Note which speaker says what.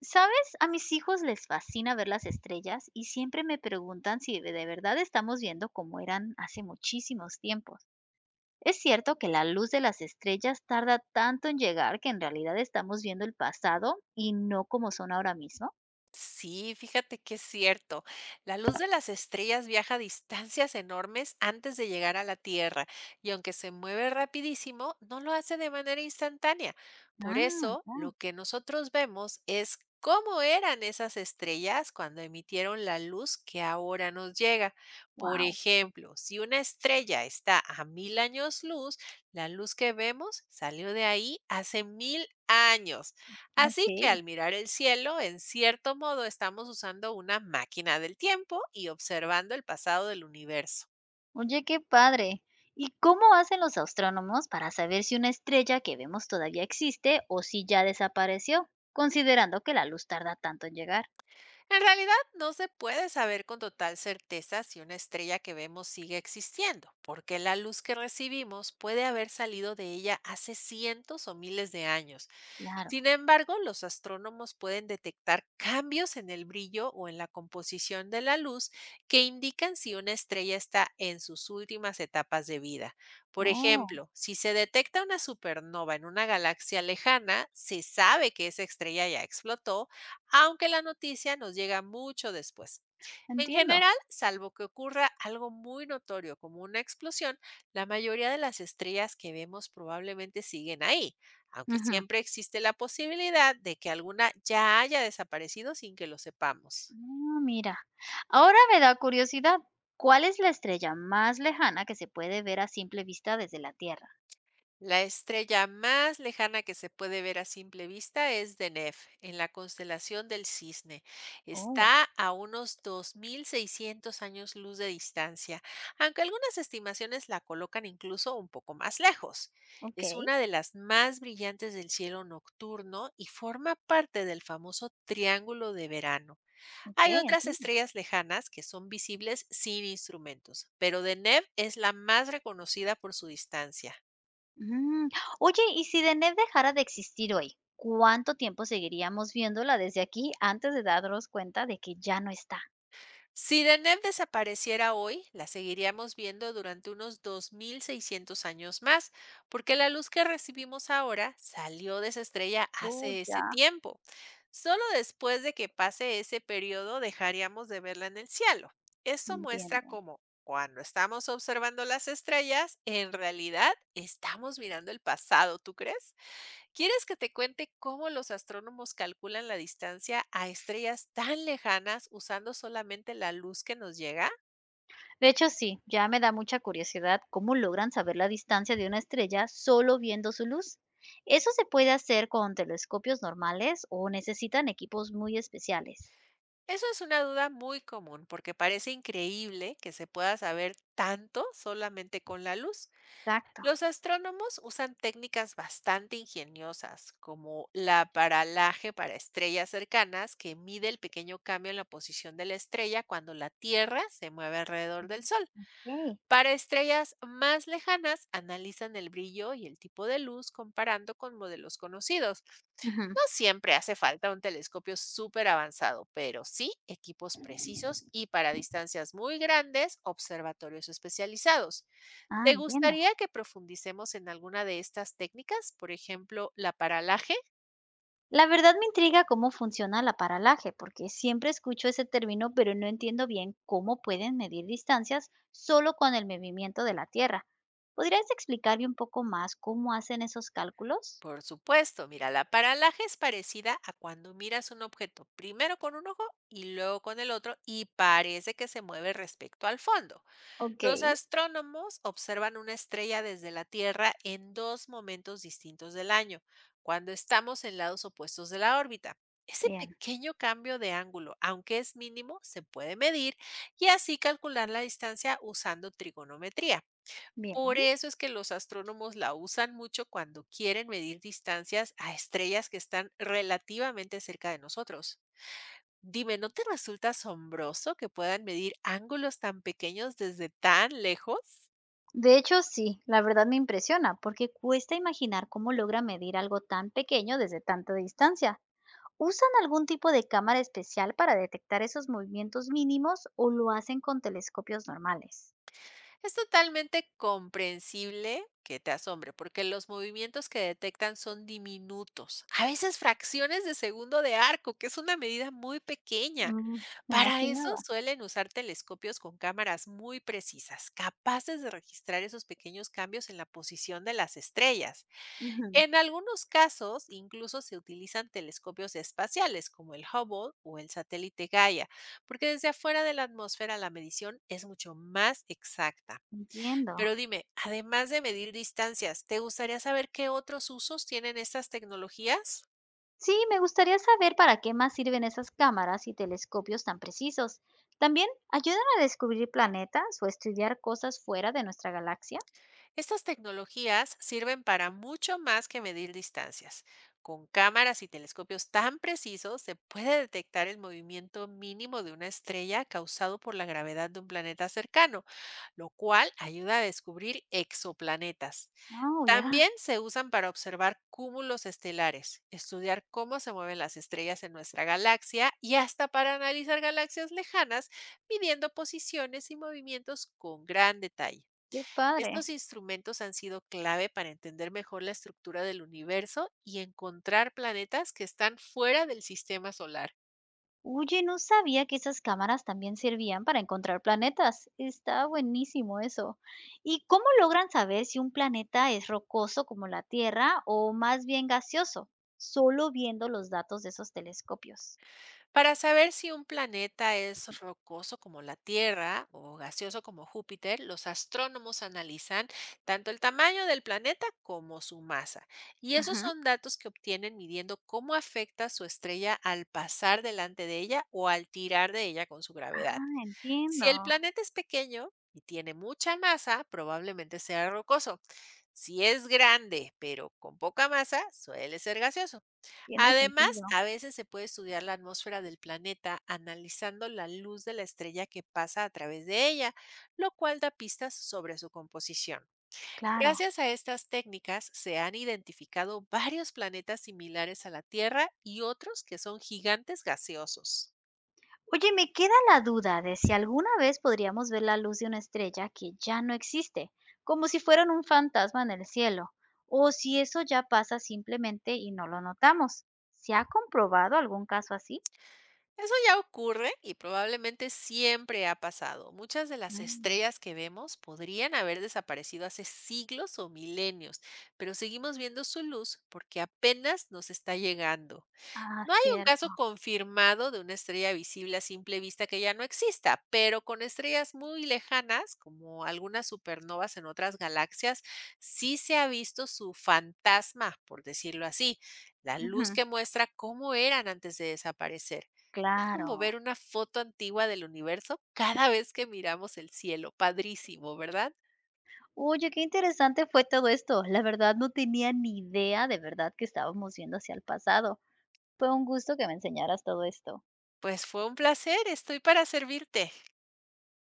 Speaker 1: ¿Sabes? A mis hijos les fascina ver las estrellas y siempre me preguntan si de verdad estamos viendo como eran hace muchísimos tiempos. ¿Es cierto que la luz de las estrellas tarda tanto en llegar que en realidad estamos viendo el pasado y no como son ahora mismo?
Speaker 2: Sí, fíjate que es cierto. La luz de las estrellas viaja a distancias enormes antes de llegar a la Tierra, y aunque se mueve rapidísimo, no lo hace de manera instantánea. Por
Speaker 1: Ah,
Speaker 2: eso, lo que nosotros vemos es cómo eran esas estrellas cuando emitieron la luz que ahora nos llega. Por
Speaker 1: wow.
Speaker 2: ejemplo, si una estrella está a 1.000 años luz, la luz que vemos salió de ahí hace 1.000 años. Así que
Speaker 1: Ok.
Speaker 2: al mirar el cielo, en cierto modo estamos usando una máquina del tiempo y observando el pasado del universo.
Speaker 1: Oye, qué padre. ¿Y cómo hacen los astrónomos para saber si una estrella que vemos todavía existe o si ya desapareció, considerando que la luz tarda tanto en llegar?
Speaker 2: En realidad no se puede saber con total certeza si una estrella que vemos sigue existiendo, porque la luz que recibimos puede haber salido de ella hace cientos o miles de años.
Speaker 1: Claro.
Speaker 2: Sin embargo, los astrónomos pueden detectar cambios en el brillo o en la composición de la luz que indican si una estrella está en sus últimas etapas de vida. Por
Speaker 1: Oh.
Speaker 2: ejemplo, si se detecta una supernova en una galaxia lejana, se sabe que esa estrella ya explotó, aunque la noticia nos llega mucho después. En
Speaker 1: Entiendo.
Speaker 2: general, salvo que ocurra algo muy notorio como una explosión, la mayoría de las estrellas que vemos probablemente siguen ahí, aunque
Speaker 1: Ujú.
Speaker 2: siempre existe la posibilidad de que alguna ya haya desaparecido sin que lo sepamos.
Speaker 1: Mira, ahora me da curiosidad, ¿cuál es la estrella más lejana que se puede ver a simple vista desde la Tierra?
Speaker 2: La estrella más lejana que se puede ver a simple vista es Deneb, en la constelación del Cisne.
Speaker 1: Oh,
Speaker 2: Está a unos 2.600 años luz de distancia, aunque algunas estimaciones la colocan incluso un poco más lejos.
Speaker 1: ok,
Speaker 2: Es una de las más brillantes del cielo nocturno y forma parte del famoso Triángulo de Verano.
Speaker 1: ok,
Speaker 2: Hay otras
Speaker 1: entiendo.
Speaker 2: estrellas lejanas que son visibles sin instrumentos, pero Deneb es la más reconocida por su distancia.
Speaker 1: Mm, Oye, ¿y si DENEB dejara de existir hoy? ¿Cuánto tiempo seguiríamos viéndola desde aquí antes de darnos cuenta de que ya no está?
Speaker 2: Si Deneb desapareciera hoy, la seguiríamos viendo durante unos 2.600 años más, porque la luz que recibimos ahora salió de esa estrella
Speaker 1: Oh,
Speaker 2: hace ese
Speaker 1: ya,
Speaker 2: tiempo. Solo después de que pase ese periodo dejaríamos de verla en el cielo. Esto muestra
Speaker 1: entiendo.
Speaker 2: cómo cuando estamos observando las estrellas, en realidad estamos mirando el pasado, ¿tú crees? ¿Quieres que te cuente cómo los astrónomos calculan la distancia a estrellas tan lejanas usando solamente la luz que nos llega?
Speaker 1: De hecho, sí, ya me da mucha curiosidad cómo logran saber la distancia de una estrella solo viendo su luz. ¿Eso se puede hacer con telescopios normales o necesitan equipos muy especiales?
Speaker 2: Eso es una duda muy común porque parece increíble que se pueda saber tanto solamente con la luz.
Speaker 1: Exacto.
Speaker 2: Los astrónomos usan técnicas bastante ingeniosas como la paralaje para estrellas cercanas, que mide el pequeño cambio en la posición de la estrella cuando la Tierra se mueve alrededor del Sol.
Speaker 1: Ok.
Speaker 2: Para estrellas más lejanas, analizan el brillo y el tipo de luz comparando con modelos conocidos.
Speaker 1: Ujú.
Speaker 2: No siempre hace falta un telescopio súper avanzado, pero sí equipos precisos y, para distancias muy grandes, observatorios especializados.
Speaker 1: Ah,
Speaker 2: ¿Te
Speaker 1: entiendo.
Speaker 2: gustaría que profundicemos en alguna de estas técnicas? Por ejemplo, la paralaje.
Speaker 1: La verdad me intriga cómo funciona el aparalaje, porque siempre escucho ese término, pero no entiendo bien cómo pueden medir distancias solo con el movimiento de la Tierra. ¿Podrías explicarme un poco más cómo hacen esos cálculos?
Speaker 2: Por supuesto, mira, la paralaje es parecida a cuando miras un objeto primero con un ojo y luego con el otro y parece que se mueve respecto al fondo.
Speaker 1: Ok.
Speaker 2: Los astrónomos observan una estrella desde la Tierra en dos momentos distintos del año, cuando estamos en lados opuestos de la órbita. Ese
Speaker 1: Bien.
Speaker 2: pequeño cambio de ángulo, aunque es mínimo, se puede medir y así calcular la distancia usando trigonometría. Por
Speaker 1: Bien.
Speaker 2: eso es que los astrónomos la usan mucho cuando quieren medir distancias a estrellas que están relativamente cerca de nosotros. Dime, ¿no te resulta asombroso que puedan medir ángulos tan pequeños desde tan lejos?
Speaker 1: De hecho, sí, la verdad me impresiona, porque cuesta imaginar cómo logra medir algo tan pequeño desde tanta distancia. ¿Usan algún tipo de cámara especial para detectar esos movimientos mínimos o lo hacen con telescopios normales?
Speaker 2: Es totalmente comprensible que te asombre, porque los movimientos que detectan son diminutos, a veces fracciones de segundo de arco, que es una medida muy pequeña.
Speaker 1: Mm, Me
Speaker 2: Para eso
Speaker 1: imaginaba.
Speaker 2: suelen usar telescopios con cámaras muy precisas, capaces de registrar esos pequeños cambios en la posición de las estrellas.
Speaker 1: Ujú.
Speaker 2: En algunos casos, incluso se utilizan telescopios espaciales como el Hubble o el satélite Gaia, porque desde afuera de la atmósfera la medición es mucho más exacta.
Speaker 1: Entiendo.
Speaker 2: Pero dime, además de medir distancias, ¿te gustaría saber qué otros usos tienen estas tecnologías?
Speaker 1: Sí, me gustaría saber para qué más sirven esas cámaras y telescopios tan precisos. ¿También ayudan a descubrir planetas o estudiar cosas fuera de nuestra galaxia?
Speaker 2: Estas tecnologías sirven para mucho más que medir distancias. Con cámaras y telescopios tan precisos se puede detectar el movimiento mínimo de una estrella causado por la gravedad de un planeta cercano, lo cual ayuda a descubrir exoplanetas.
Speaker 1: Oh, ya,
Speaker 2: También se usan para observar cúmulos estelares, estudiar cómo se mueven las estrellas en nuestra galaxia y hasta para analizar galaxias lejanas, midiendo posiciones y movimientos con gran detalle.
Speaker 1: qué padre.
Speaker 2: Estos instrumentos han sido clave para entender mejor la estructura del universo y encontrar planetas que están fuera del sistema solar.
Speaker 1: Oye, no sabía que esas cámaras también servían para encontrar planetas. Está buenísimo eso. ¿Y cómo logran saber si un planeta es rocoso como la Tierra o más bien gaseoso? Solo viendo los datos de esos telescopios.
Speaker 2: Para saber si un planeta es rocoso como la Tierra o gaseoso como Júpiter, los astrónomos analizan tanto el tamaño del planeta como su masa. Y esos
Speaker 1: Ujú.
Speaker 2: son datos que obtienen midiendo cómo afecta su estrella al pasar delante de ella o al tirar de ella con su gravedad.
Speaker 1: Ah, entiendo.
Speaker 2: Si el planeta es pequeño y tiene mucha masa, probablemente sea rocoso. Si es grande, pero con poca masa, suele ser gaseoso.
Speaker 1: Tiene sentido.
Speaker 2: Además, a veces se puede estudiar la atmósfera del planeta analizando la luz de la estrella que pasa a través de ella, lo cual da pistas sobre su composición.
Speaker 1: Claro.
Speaker 2: Gracias a estas técnicas se han identificado varios planetas similares a la Tierra y otros que son gigantes gaseosos.
Speaker 1: Oye, me queda la duda de si alguna vez podríamos ver la luz de una estrella que ya no existe, como si fueran un fantasma en el cielo, o si eso ya pasa simplemente y no lo notamos. ¿Se ha comprobado algún caso así?
Speaker 2: Eso ya ocurre y probablemente siempre ha pasado. Muchas de las
Speaker 1: Mm.
Speaker 2: estrellas que vemos podrían haber desaparecido hace siglos o milenios, pero seguimos viendo su luz porque apenas nos está llegando.
Speaker 1: Ah,
Speaker 2: No hay un
Speaker 1: cierto.
Speaker 2: caso confirmado de una estrella visible a simple vista que ya no exista, pero con estrellas muy lejanas, como algunas supernovas en otras galaxias, sí se ha visto su fantasma, por decirlo así, la luz
Speaker 1: Ujú.
Speaker 2: que muestra cómo eran antes de desaparecer. Es como ver
Speaker 1: Claro.
Speaker 2: una foto antigua del universo cada vez que miramos el cielo. Padrísimo, ¿verdad?
Speaker 1: Oye, qué interesante fue todo esto. La verdad no tenía ni idea de verdad que estábamos yendo hacia el pasado. Fue un gusto que me enseñaras todo esto.
Speaker 2: Pues fue un placer, estoy para servirte.